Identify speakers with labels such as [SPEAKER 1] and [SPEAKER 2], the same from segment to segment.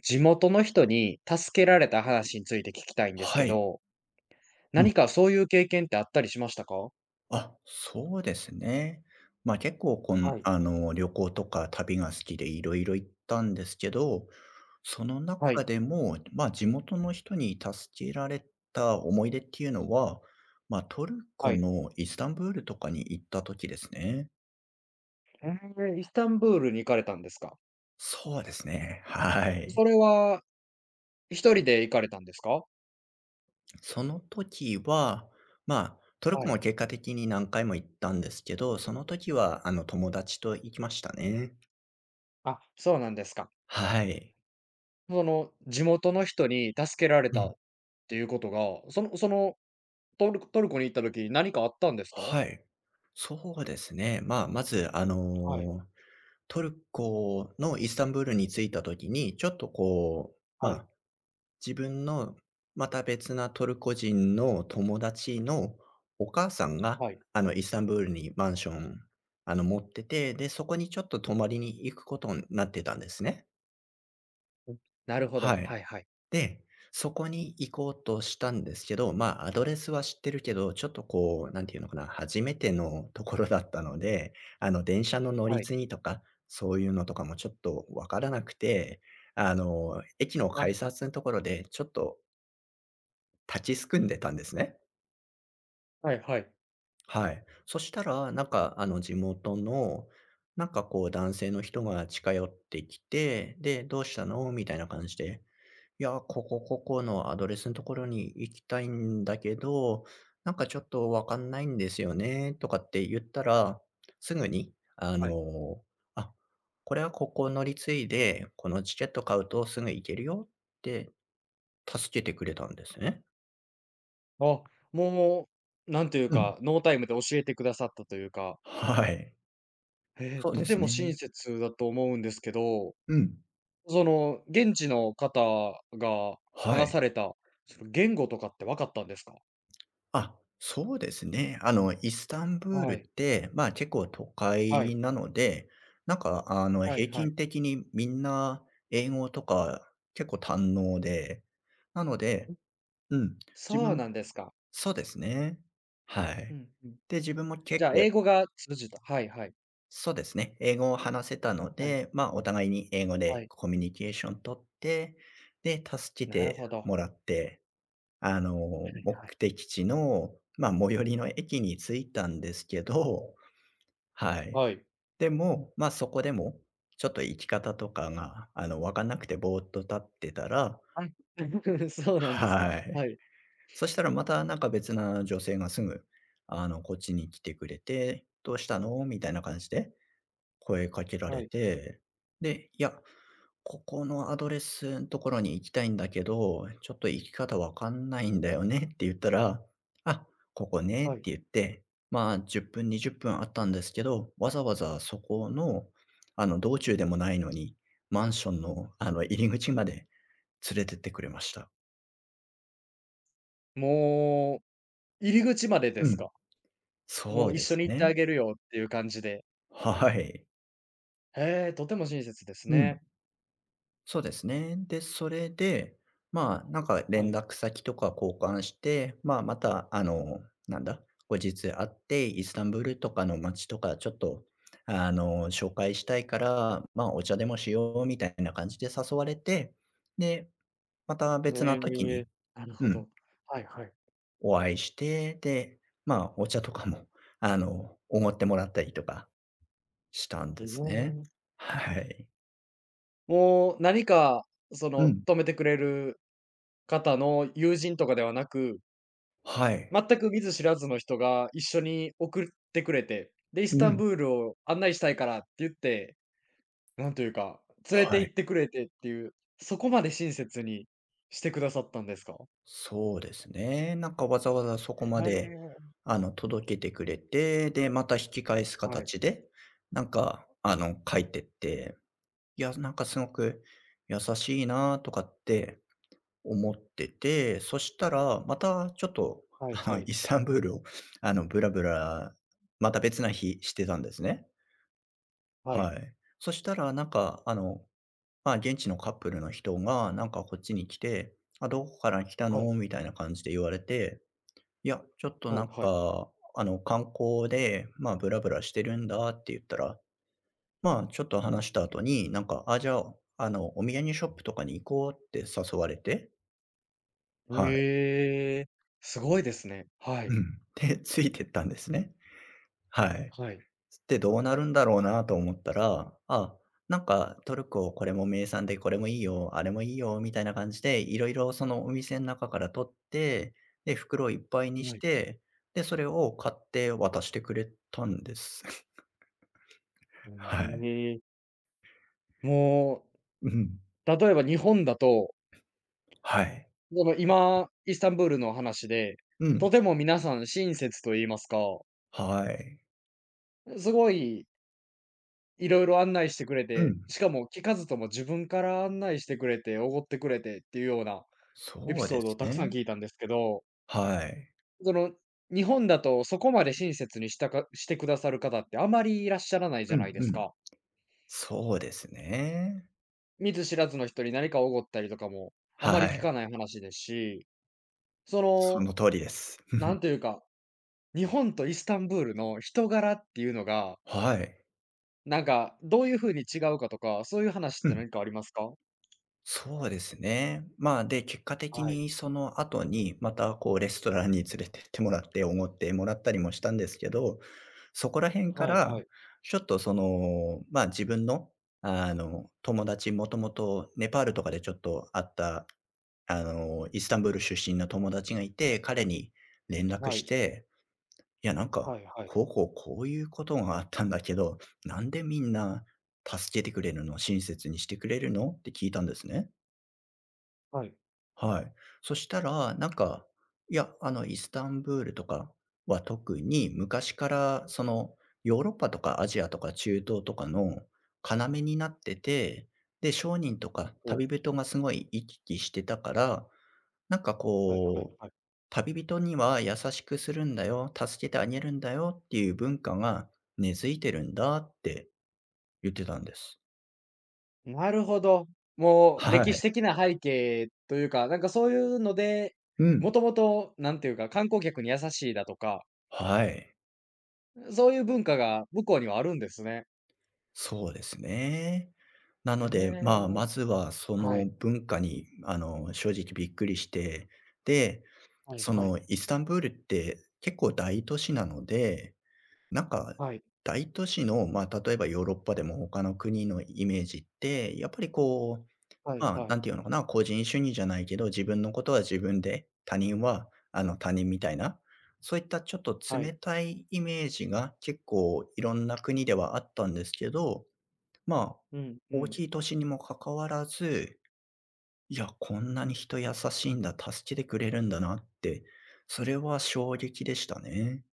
[SPEAKER 1] 地元の人に助けられた話について聞きたいんです
[SPEAKER 2] は
[SPEAKER 1] け
[SPEAKER 2] い。
[SPEAKER 1] ど、
[SPEAKER 2] うん。
[SPEAKER 1] 何かそういう経験ってあったりしましたか？
[SPEAKER 2] あ、そうですね。まあ、結構こん
[SPEAKER 1] はい。
[SPEAKER 2] あの、旅行とか旅が好きでいろいろ行ったんですけど、その
[SPEAKER 1] は
[SPEAKER 2] 中
[SPEAKER 1] い、
[SPEAKER 2] でも、まあ、地元の人に助けられた思い出っていうのは、ま、トルコ
[SPEAKER 1] はい。
[SPEAKER 2] のイスタンブールとかに行った時ですね。
[SPEAKER 1] ええ、イスタンブールに行かれたんですか？
[SPEAKER 2] そうですね、はい。
[SPEAKER 1] それは一人で行かれたんですか？
[SPEAKER 2] その時は、まあ、トル
[SPEAKER 1] は
[SPEAKER 2] コも
[SPEAKER 1] い。
[SPEAKER 2] 結果的に何回も行ったんですけど、その時は友達と行きましたね。
[SPEAKER 1] あ、そうなんですか。
[SPEAKER 2] はい。
[SPEAKER 1] その地元の人に助けられ
[SPEAKER 2] う
[SPEAKER 1] た
[SPEAKER 2] ん。
[SPEAKER 1] っていうことが、そのトルコに行った時、何かあったんですか？
[SPEAKER 2] はい。そうですね。まあ、まず、
[SPEAKER 1] はい、
[SPEAKER 2] トルコのイスタンブールに着いた時に、ちょっとこう、ま
[SPEAKER 1] はい、
[SPEAKER 2] あ、自分のまた別なトルコ人の友達のお母さんが、
[SPEAKER 1] はい。
[SPEAKER 2] イスタンブールにマンション、持ってて、で、そこにちょっと泊まりに行くことになってたんですね。
[SPEAKER 1] うん、なるほ
[SPEAKER 2] は
[SPEAKER 1] ど。は
[SPEAKER 2] い。
[SPEAKER 1] いはい。
[SPEAKER 2] で、そこに行こうとしたんですけど、まあ、アドレスは知ってるけど、ちょっとこう、なんていうのかな、初めてのところだったので、電車の乗り
[SPEAKER 1] はい。
[SPEAKER 2] 継ぎとか、そういうのとかもちょっとわからなくて、駅の
[SPEAKER 1] あ、
[SPEAKER 2] 改札のところでちょっと立ちすくんでたんですね。
[SPEAKER 1] はいはい。
[SPEAKER 2] はい。そしたら、なんか、地元の、なんかこう、男性の人が近寄ってきて、で、どうしたのみたいな感じで、いや、このアドレスのところに行きたいんだけど、なんかちょっとわかんないんですよねとかって言ったら、すぐに、
[SPEAKER 1] はい。
[SPEAKER 2] あ、これはここ乗り継いで、このチケット買うとすぐ行けるよって助けてくれたんですね。
[SPEAKER 1] あ、もう、なんという
[SPEAKER 2] うん。
[SPEAKER 1] か、ノータイムで教えてくださったというか、
[SPEAKER 2] はい。そう
[SPEAKER 1] と
[SPEAKER 2] で
[SPEAKER 1] て
[SPEAKER 2] す
[SPEAKER 1] も
[SPEAKER 2] ね。
[SPEAKER 1] 親切だと思うんですけど、
[SPEAKER 2] うん。
[SPEAKER 1] その、現地の方が
[SPEAKER 2] は
[SPEAKER 1] 話
[SPEAKER 2] い。
[SPEAKER 1] された、その言語とかって分かったんですか？
[SPEAKER 2] あ、そうですね。イスタンブール
[SPEAKER 1] は
[SPEAKER 2] っ
[SPEAKER 1] い、
[SPEAKER 2] て、まあ、結構都
[SPEAKER 1] は
[SPEAKER 2] 会
[SPEAKER 1] い、
[SPEAKER 2] なので、なんか、
[SPEAKER 1] はい
[SPEAKER 2] 平
[SPEAKER 1] はい。
[SPEAKER 2] 均的にみんな英語とか結構堪能で、なの
[SPEAKER 1] ん、
[SPEAKER 2] で、うん、自
[SPEAKER 1] そう
[SPEAKER 2] 分
[SPEAKER 1] なんですか。
[SPEAKER 2] そうですね。は
[SPEAKER 1] う
[SPEAKER 2] い。
[SPEAKER 1] んうん。
[SPEAKER 2] で、自分も
[SPEAKER 1] じ
[SPEAKER 2] 結
[SPEAKER 1] ゃあ、
[SPEAKER 2] 構
[SPEAKER 1] 英語が通じた。はいはい。
[SPEAKER 2] そうですね、英語を話せたの
[SPEAKER 1] はい、
[SPEAKER 2] で、まあ、お互いに英語
[SPEAKER 1] は
[SPEAKER 2] で
[SPEAKER 1] い。
[SPEAKER 2] コミュニケーション取って、で、助け
[SPEAKER 1] なる
[SPEAKER 2] て
[SPEAKER 1] ほど。
[SPEAKER 2] もらって、
[SPEAKER 1] はいは
[SPEAKER 2] 目
[SPEAKER 1] い。
[SPEAKER 2] 的地の、ま、あ最寄りの駅に着いたんですけど、はい。
[SPEAKER 1] はい。
[SPEAKER 2] でも、ま、あそこでも、ちょっと行き方とかが、わかんなくてぼーっと立ってたら、
[SPEAKER 1] はい。そうなんですか。
[SPEAKER 2] はい。
[SPEAKER 1] はい、
[SPEAKER 2] そしたらまたなんか別な女性がすぐ、こっちに来てくれて、「どうしたの？」みたいな感じで声かけら
[SPEAKER 1] は
[SPEAKER 2] れ
[SPEAKER 1] い、
[SPEAKER 2] て、で、いや、ここのアドレスのところに行きたいんだけど、ちょっと行き方わかんないんだよねって言ったら、あ、ここねって
[SPEAKER 1] はい。
[SPEAKER 2] 言って、まあ、10分、20分あったんですけど、わざわざそこの、道中でもないのに、マンションの、入り口まで連れてってくれました。
[SPEAKER 1] もう、入り口までで
[SPEAKER 2] う
[SPEAKER 1] す
[SPEAKER 2] ん、
[SPEAKER 1] か？も
[SPEAKER 2] そ
[SPEAKER 1] う
[SPEAKER 2] う
[SPEAKER 1] 一
[SPEAKER 2] で
[SPEAKER 1] 緒
[SPEAKER 2] す
[SPEAKER 1] に行ってあ
[SPEAKER 2] ね。
[SPEAKER 1] げるよっていう感じで。
[SPEAKER 2] はい。
[SPEAKER 1] へえ、とても親切です
[SPEAKER 2] うん。
[SPEAKER 1] ね。
[SPEAKER 2] そうですね。で、それで、まあ、なんか
[SPEAKER 1] は
[SPEAKER 2] 連
[SPEAKER 1] い。
[SPEAKER 2] 絡先とか交換して、まあ、また、なんだ、後日会って、イスタンブールとかの街とか、ちょっと、紹介したいから、まあ、お茶でもしようみたいな感じで誘われて、で、また
[SPEAKER 1] へ
[SPEAKER 2] 別な時
[SPEAKER 1] え。
[SPEAKER 2] に、
[SPEAKER 1] なるほ
[SPEAKER 2] うん、
[SPEAKER 1] ど。はいはい。
[SPEAKER 2] お会いして、で、まあ、お茶とかも、おごってもらったりとかしたん
[SPEAKER 1] え
[SPEAKER 2] ですね。
[SPEAKER 1] え。
[SPEAKER 2] はい。
[SPEAKER 1] もう何か、そ
[SPEAKER 2] う
[SPEAKER 1] の、
[SPEAKER 2] ん。
[SPEAKER 1] 泊めてくれる方の友人とかではなく、
[SPEAKER 2] はい。
[SPEAKER 1] 全く見ず知らずの人が一緒に送ってくれて、で、イス
[SPEAKER 2] う
[SPEAKER 1] タン
[SPEAKER 2] ん。
[SPEAKER 1] ブールを案内したいからって言って、なんというか、連れて
[SPEAKER 2] はい。
[SPEAKER 1] 行ってくれてっていう、そこまで親切にしてくださったんですか？
[SPEAKER 2] そうですね。なんかわざわざそこ
[SPEAKER 1] へ
[SPEAKER 2] まで、
[SPEAKER 1] え。
[SPEAKER 2] 届けてくれて、で、また引き返す
[SPEAKER 1] はい、
[SPEAKER 2] 形で、なんか、書いてって、いや、なんかすごく優しいなとかって思ってて、そしたら、またちょっと、
[SPEAKER 1] はい はい。
[SPEAKER 2] イスタンブールを、ぶらぶら、また別な日してたんですね。
[SPEAKER 1] は
[SPEAKER 2] は
[SPEAKER 1] い、
[SPEAKER 2] い。そしたら、なんか、まあ、現地のカップルの人が、なんかこっちに来て、あ、どこから来た
[SPEAKER 1] は
[SPEAKER 2] の
[SPEAKER 1] い、
[SPEAKER 2] みたいな感じで言われて、いや、ちょっと
[SPEAKER 1] は
[SPEAKER 2] な
[SPEAKER 1] い
[SPEAKER 2] ん
[SPEAKER 1] はい。
[SPEAKER 2] か、観光で、まあ、ブラブラしてるんだって言ったら、まあ、ちょっと話した後に、なんか、あ、じゃあ、お土産ショップとかに行こうって誘われて、はい。
[SPEAKER 1] ええ、すごいですね。は
[SPEAKER 2] う
[SPEAKER 1] い。
[SPEAKER 2] ん。で、ついてったんですね。はい。
[SPEAKER 1] はい。
[SPEAKER 2] で、どうなるんだろうなと思ったら、あ、なんかトルコこれも名産でこれもいいよ、あれもいいよみたいな感じで、いろいろそのお店の中から取って、で、袋いっぱいにし
[SPEAKER 1] はい。
[SPEAKER 2] て、で、それを買って渡してくれたんです。はい。
[SPEAKER 1] ええ、も
[SPEAKER 2] うん。
[SPEAKER 1] う、例えば日本だと、
[SPEAKER 2] はい。
[SPEAKER 1] その今、イスタンブールの話で、
[SPEAKER 2] うん。
[SPEAKER 1] とても皆さん親切と言いますか、
[SPEAKER 2] はい。
[SPEAKER 1] すごいいろいろ案内してくれ
[SPEAKER 2] う
[SPEAKER 1] て、
[SPEAKER 2] ん。
[SPEAKER 1] しかも聞かずとも自分から案内してくれて、奢ってくれてっていうようなエピ
[SPEAKER 2] そう
[SPEAKER 1] ソ
[SPEAKER 2] で
[SPEAKER 1] ードを
[SPEAKER 2] す
[SPEAKER 1] たくさん
[SPEAKER 2] ね。
[SPEAKER 1] 聞いたんですけど、
[SPEAKER 2] はい。
[SPEAKER 1] その、日本だとそこまで親切にしたかしてくださる方ってあまりいらっしゃらないじ
[SPEAKER 2] う
[SPEAKER 1] ゃな
[SPEAKER 2] ん
[SPEAKER 1] いで
[SPEAKER 2] う
[SPEAKER 1] す
[SPEAKER 2] ん。
[SPEAKER 1] か。
[SPEAKER 2] そうですね。
[SPEAKER 1] 見ず知らずの人に何かおごったりとかも、あま
[SPEAKER 2] は
[SPEAKER 1] り聞か
[SPEAKER 2] い。
[SPEAKER 1] ない話ですし、そ
[SPEAKER 2] そ
[SPEAKER 1] の、
[SPEAKER 2] の通りです。
[SPEAKER 1] なん というか、日本とイスタンブールの人柄っていうのが、
[SPEAKER 2] はい。
[SPEAKER 1] なんかどういう風に違うかとか、そういう話っ
[SPEAKER 2] う
[SPEAKER 1] て
[SPEAKER 2] ん。
[SPEAKER 1] 何かありますか？
[SPEAKER 2] そうですね。まあ、で、結果的
[SPEAKER 1] はい。
[SPEAKER 2] にその後に、またこうレストランに連れてってもらって、おごってもらったりもしたんですけど、そこら辺か
[SPEAKER 1] はい
[SPEAKER 2] ら、
[SPEAKER 1] はい。
[SPEAKER 2] ちょっとその、まあ、自分の、友達、もともとネパールとかでちょっと会ったイスタンブール出身の友達がいて、彼に連絡
[SPEAKER 1] は
[SPEAKER 2] し
[SPEAKER 1] い。
[SPEAKER 2] て、いや、なんか、
[SPEAKER 1] はいはい。
[SPEAKER 2] こうこうこういうことがあったんだけど、なんでみんな助けてくれるの、親切にしてくれるのって聞いたんですね。
[SPEAKER 1] はい。
[SPEAKER 2] はい。そしたら、なんか、いや、イスタンブールとかは特に昔からその、ヨーロッパとかアジアとか中東とかの要になってて、で、商人とか
[SPEAKER 1] おお、
[SPEAKER 2] 旅人がすごい行き来してたから、なんか
[SPEAKER 1] はいはいはいはいはいはいはいおうはいはい
[SPEAKER 2] こう、
[SPEAKER 1] はい、
[SPEAKER 2] 旅人には優しくするんだよ、助けてあげるんだよっていう文化が根付いてるんだって言ってたんです。
[SPEAKER 1] なるほど。もう
[SPEAKER 2] は
[SPEAKER 1] 歴史
[SPEAKER 2] い。
[SPEAKER 1] 的な背景というか、なんかそういうので、
[SPEAKER 2] う
[SPEAKER 1] も
[SPEAKER 2] ん。
[SPEAKER 1] ともとなんていうか、観光客に優しいだとか、
[SPEAKER 2] はい。
[SPEAKER 1] そういう文化が向こうにはあるんですね。
[SPEAKER 2] そうですね。な
[SPEAKER 1] へ
[SPEAKER 2] ので、まあ、
[SPEAKER 1] え。
[SPEAKER 2] まずはそ
[SPEAKER 1] は
[SPEAKER 2] の
[SPEAKER 1] い。
[SPEAKER 2] 文化に、正直びっくりして、で、
[SPEAKER 1] はい
[SPEAKER 2] そ
[SPEAKER 1] はい。
[SPEAKER 2] のイスタンブールって結構大都市なので、なんか
[SPEAKER 1] はい。
[SPEAKER 2] 大都市の、まあ、例えばヨーロッパでも他の国のイメージって、やっぱりこう、
[SPEAKER 1] はい
[SPEAKER 2] まあ、
[SPEAKER 1] は
[SPEAKER 2] な
[SPEAKER 1] い。
[SPEAKER 2] んていうのかな、個人主義じゃないけど、自分のことは自分で、他人は他人みたいな、そういったちょっと
[SPEAKER 1] は
[SPEAKER 2] 冷
[SPEAKER 1] い。
[SPEAKER 2] たいイメージが結構いろんな国ではあったんですけど、まあ、
[SPEAKER 1] うんう
[SPEAKER 2] 大
[SPEAKER 1] ん。
[SPEAKER 2] きい都市にもかかわらず、いや、こんなに人優しいんだ、助けてくれるんだなって、それは衝撃でしたね。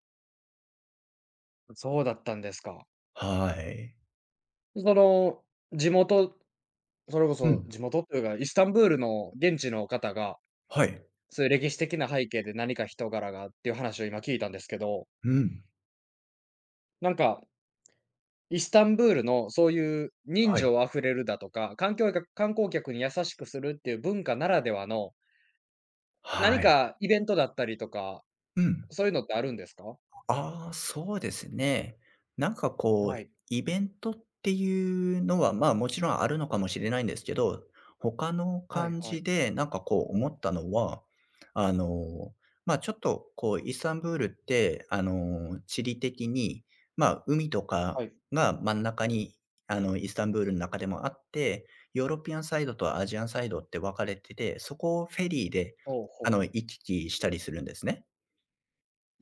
[SPEAKER 1] そうだったんですか。
[SPEAKER 2] はい。
[SPEAKER 1] その、地元それこ
[SPEAKER 2] う
[SPEAKER 1] そ
[SPEAKER 2] ん。
[SPEAKER 1] 地元というか、イスタンブールの現地の方が、
[SPEAKER 2] はい。
[SPEAKER 1] そういう歴史的な背景で何か人柄がっていう話を今聞いたんですけど、
[SPEAKER 2] うん。
[SPEAKER 1] なんか、イスタンブールのそういう人
[SPEAKER 2] はい。
[SPEAKER 1] 情あふれるだとか、環境客観光客に優しくするっていう文化ならではの、何
[SPEAKER 2] はい。
[SPEAKER 1] かイベントだったりとか、
[SPEAKER 2] うん。
[SPEAKER 1] そういうのってあるんですか？
[SPEAKER 2] ああ、そうですね。なんかこ
[SPEAKER 1] は
[SPEAKER 2] う、
[SPEAKER 1] い。
[SPEAKER 2] イベントっていうのは、まあ、もちろんあるのかもしれないんですけど、他の
[SPEAKER 1] はい
[SPEAKER 2] 感
[SPEAKER 1] は
[SPEAKER 2] じ
[SPEAKER 1] い。
[SPEAKER 2] でなんかこう思ったのは、あの、まあ、ちょっとこうイスタンブールって、地理的に、まあ、海と
[SPEAKER 1] は
[SPEAKER 2] か
[SPEAKER 1] い。
[SPEAKER 2] が真ん中に、イスタンブールの中でもあって、ヨーロピアンサイドとアジアンサイドって分かれてて、そこをフェリーで、
[SPEAKER 1] ほうほう。
[SPEAKER 2] 行き来したりするんですね。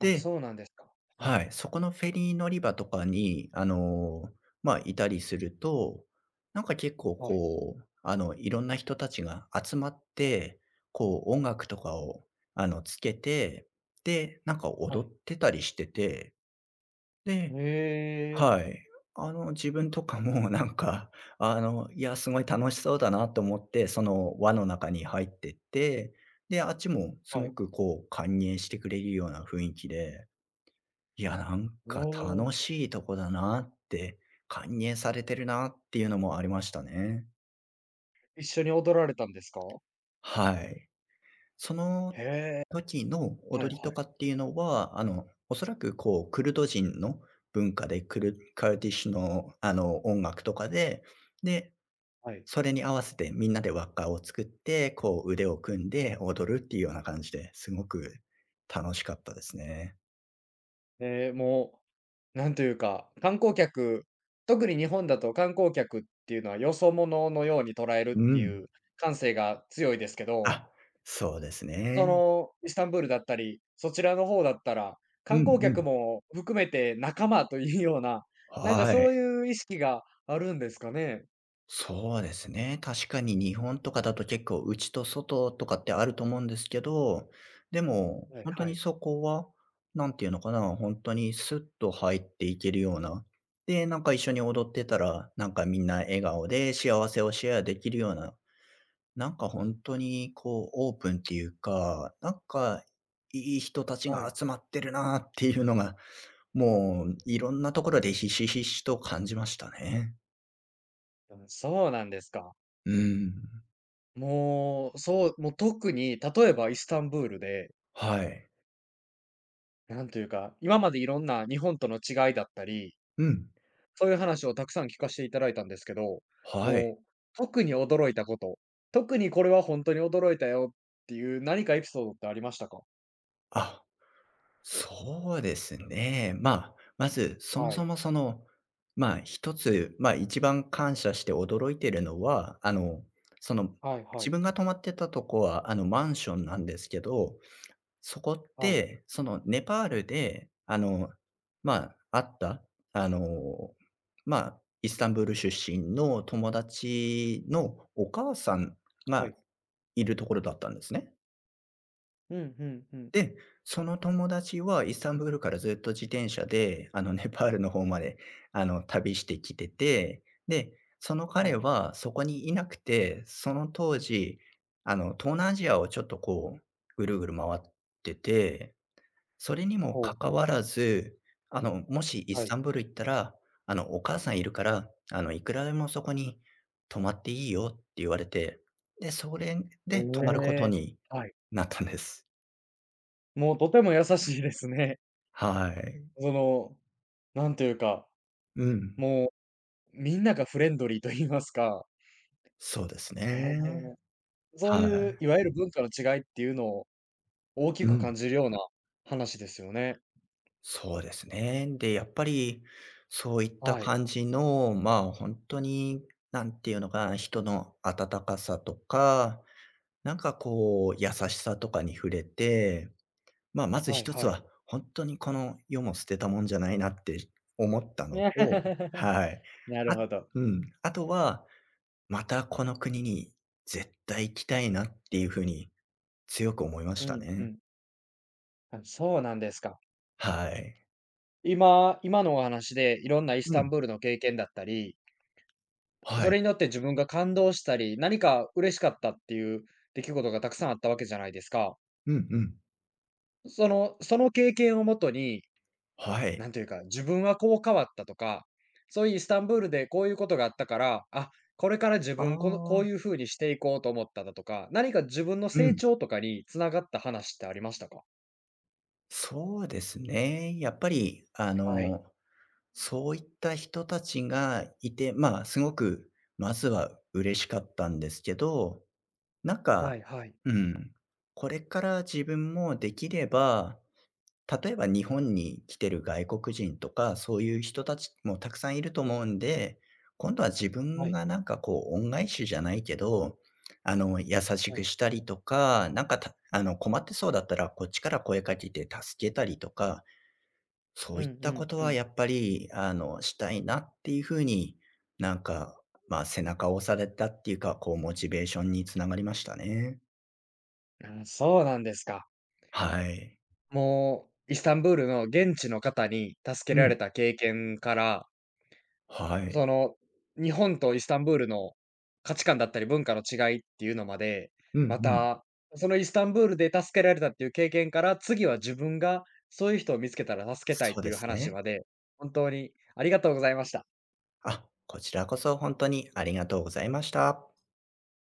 [SPEAKER 1] あ、そうなんですか。は
[SPEAKER 2] は
[SPEAKER 1] い。
[SPEAKER 2] い、そこのフェリー乗り場とかに、まあ、いたりすると、なんか結構
[SPEAKER 1] はい。
[SPEAKER 2] こう、いろんな人たちが集まって、こう音楽とかを、つけて、で、なんか
[SPEAKER 1] は
[SPEAKER 2] 踊っ
[SPEAKER 1] い。
[SPEAKER 2] てたりしてて、で、
[SPEAKER 1] へえ。
[SPEAKER 2] はい、自分とかもなんか、いや、すごい楽しそうだなと思って、その輪の中に入ってって、で、あっちもす
[SPEAKER 1] は
[SPEAKER 2] ご
[SPEAKER 1] い。
[SPEAKER 2] くこう歓迎してくれるような雰囲気で、いや、なん
[SPEAKER 1] お
[SPEAKER 2] か
[SPEAKER 1] ー、
[SPEAKER 2] 楽しいとこだなって、歓迎されてるなっていうのもありましたね。
[SPEAKER 1] 一緒に踊られたんですか？
[SPEAKER 2] はい。その
[SPEAKER 1] へえ。
[SPEAKER 2] 時の
[SPEAKER 1] はいは
[SPEAKER 2] 踊りとか
[SPEAKER 1] い
[SPEAKER 2] っていうのは、おそらくこう、クルド人の文化で、クルカルディッシュの、音楽とかで、で、
[SPEAKER 1] はい。
[SPEAKER 2] それに合わせてみんなで輪っかを作って、こう、腕を組んで踊るっていうような感じですごく楽しかったですね。
[SPEAKER 1] もう、なんというか、観光客、特に日本だと観光客っていうのはよそ者のように捉える
[SPEAKER 2] う
[SPEAKER 1] ってい
[SPEAKER 2] ん。
[SPEAKER 1] う感性が強いですけど、
[SPEAKER 2] あ、そうです
[SPEAKER 1] そ
[SPEAKER 2] ね。
[SPEAKER 1] の、イスタンブールだったり、そちらの方だったら、
[SPEAKER 2] うん
[SPEAKER 1] 観光
[SPEAKER 2] う
[SPEAKER 1] 客
[SPEAKER 2] ん。
[SPEAKER 1] も含めて仲間というような、なんか
[SPEAKER 2] は
[SPEAKER 1] そ
[SPEAKER 2] い。
[SPEAKER 1] ういう意識があるんですかね？
[SPEAKER 2] そうですね。確かに日本とかだと結構内と外とかってあると思うんですけど、でも
[SPEAKER 1] はい
[SPEAKER 2] 本当
[SPEAKER 1] は
[SPEAKER 2] に
[SPEAKER 1] い。
[SPEAKER 2] そこは、なんていうのかな、本当にスッと入っていけるような、で、なんか一緒に踊ってたら、なんかみんな笑顔で幸せをシェアできるような、なんか本当にこうオープンっていうか、なんかいい人たち
[SPEAKER 1] は
[SPEAKER 2] が
[SPEAKER 1] い。
[SPEAKER 2] 集まってるなっていうのが、もういろんなところでひしひしと感じましたね。
[SPEAKER 1] うん、そうなんですか。
[SPEAKER 2] うーん。
[SPEAKER 1] もう、そう、もう特に、例えばイスタンブールで、
[SPEAKER 2] はい。
[SPEAKER 1] なんというか、今までいろんな日本との違いだったり、
[SPEAKER 2] うん。
[SPEAKER 1] そういう話をたくさん聞かしていただいたんですけど、
[SPEAKER 2] はい。
[SPEAKER 1] もう特に驚いたこと、特にこれは本当に驚いたよっていう何かエピソードってありましたか？
[SPEAKER 2] あ、そうですね。まあ、まず、そも
[SPEAKER 1] は
[SPEAKER 2] そ
[SPEAKER 1] い。
[SPEAKER 2] もその、まあ、一つ、まあ、一番感謝して驚いてるのは、その、
[SPEAKER 1] はいは
[SPEAKER 2] 自
[SPEAKER 1] い。
[SPEAKER 2] 分が泊まってたとこは、マンションなんですけど、そこっ
[SPEAKER 1] はい。
[SPEAKER 2] て、その、ネパールで、あの、まあ、あった、あの、まあ、イスタンブール出身の友達のお母さん
[SPEAKER 1] は
[SPEAKER 2] が
[SPEAKER 1] い。
[SPEAKER 2] いるところだったんですね。
[SPEAKER 1] うんうんうん。
[SPEAKER 2] で、その友達はイスタンブールからずっと自転車で、ネパールの方まで、旅してきてて、で、その
[SPEAKER 1] は
[SPEAKER 2] 彼
[SPEAKER 1] い。
[SPEAKER 2] はそこにいなくて、その当時、東南アジアをちょっとこう、ぐるぐる回ってて、それにも
[SPEAKER 1] ほ
[SPEAKER 2] か
[SPEAKER 1] う。
[SPEAKER 2] かわらず、もしイス
[SPEAKER 1] は
[SPEAKER 2] タ
[SPEAKER 1] い。
[SPEAKER 2] ンブール行ったら、お母さんいるから、いくらでもそこに泊まっていいよって言われて、で、それ
[SPEAKER 1] え
[SPEAKER 2] で泊まること
[SPEAKER 1] え。
[SPEAKER 2] に
[SPEAKER 1] はい。
[SPEAKER 2] なったんです。
[SPEAKER 1] もうとても優しいですね。
[SPEAKER 2] はい。
[SPEAKER 1] その、なんというか、
[SPEAKER 2] うん、
[SPEAKER 1] もうみんながフレンドリーと言いますか、
[SPEAKER 2] そうです
[SPEAKER 1] へ
[SPEAKER 2] ね。
[SPEAKER 1] え、そう
[SPEAKER 2] は
[SPEAKER 1] いう
[SPEAKER 2] い。
[SPEAKER 1] いわゆる文化の違いっていうのを大き
[SPEAKER 2] う
[SPEAKER 1] く
[SPEAKER 2] ん、
[SPEAKER 1] 感じるような話ですよね。
[SPEAKER 2] そうですね。で、やっぱりそういった
[SPEAKER 1] はい、
[SPEAKER 2] 感じの、まあ、ほんとになんていうのかな、人の温かさとか、なんかこう優しさとかに触れて、まあ、まず
[SPEAKER 1] はい
[SPEAKER 2] 一つ
[SPEAKER 1] はい。
[SPEAKER 2] はほんとにこの世も捨てたもんじゃないなって思ったのと、 はい。
[SPEAKER 1] な
[SPEAKER 2] あ
[SPEAKER 1] るほど。
[SPEAKER 2] うん、あとは、またこの国に絶対行きたいなっていう風に強く思いまし
[SPEAKER 1] う
[SPEAKER 2] た
[SPEAKER 1] んう
[SPEAKER 2] ね。
[SPEAKER 1] ん。あ、そうなんですか。
[SPEAKER 2] はい。
[SPEAKER 1] 今のお話でいろんなイス
[SPEAKER 2] う
[SPEAKER 1] タ
[SPEAKER 2] ん。
[SPEAKER 1] ンブールの経験だったり、
[SPEAKER 2] は
[SPEAKER 1] そ
[SPEAKER 2] い。
[SPEAKER 1] れによって自分が感動したり、何か嬉しかったっていう出来事がたくさんあったわけじゃないですか。
[SPEAKER 2] うんうん。
[SPEAKER 1] その経験をもとに
[SPEAKER 2] は
[SPEAKER 1] な
[SPEAKER 2] い。
[SPEAKER 1] んていうか、自分はこう変わったとか、そういうイスタンブールでこういうことがあったから、あ、これから自
[SPEAKER 2] あ
[SPEAKER 1] 分この、こうい
[SPEAKER 2] あ、
[SPEAKER 1] う風にしていこうと思っただとか、何か自分の
[SPEAKER 2] う
[SPEAKER 1] 成
[SPEAKER 2] ん。
[SPEAKER 1] 長とかに繋がった話ってありましたか？
[SPEAKER 2] そうですね。やっぱり、
[SPEAKER 1] はい。
[SPEAKER 2] そういった人たちがいて、まあ、すごく、まずは嬉しかったんですけど、なんか、
[SPEAKER 1] はいはい。
[SPEAKER 2] うん、これから自分もできれば例えば日本に来てる外国人とか、そういう人たちもたくさんいると思うんで、今度は自
[SPEAKER 1] は
[SPEAKER 2] 分
[SPEAKER 1] い。
[SPEAKER 2] がなんかこう恩返しじゃないけど、優し
[SPEAKER 1] は
[SPEAKER 2] く
[SPEAKER 1] い。
[SPEAKER 2] したりとか、なんかた困ってそうだったらこっちから声かけて助けたりとか、そ
[SPEAKER 1] う
[SPEAKER 2] ういっ
[SPEAKER 1] んう
[SPEAKER 2] たこと
[SPEAKER 1] んう
[SPEAKER 2] は
[SPEAKER 1] ん。
[SPEAKER 2] やっぱり、したいなっていうふうになんか、まあ、背中を押されたっていうか、こう、モチベーションにつながりましたね。
[SPEAKER 1] あ、そうなんですか。
[SPEAKER 2] はい。
[SPEAKER 1] もう、イスタンブールの現地の方に助け
[SPEAKER 2] う
[SPEAKER 1] ら
[SPEAKER 2] ん。
[SPEAKER 1] れた経験から、
[SPEAKER 2] はい。
[SPEAKER 1] その、日本とイスタンブールの価値観だったり文化の違いっていうのまで、
[SPEAKER 2] うん
[SPEAKER 1] ま
[SPEAKER 2] うん。
[SPEAKER 1] た、そのイスタンブールで助けられたっていう経験から、次は自分がそういう人を見つけたら助けたいっ
[SPEAKER 2] そう
[SPEAKER 1] て
[SPEAKER 2] で
[SPEAKER 1] いう
[SPEAKER 2] す
[SPEAKER 1] 話
[SPEAKER 2] ね。
[SPEAKER 1] まで、本当にありがとうございました。
[SPEAKER 2] あ、こちらこそ本当にありがとうございました。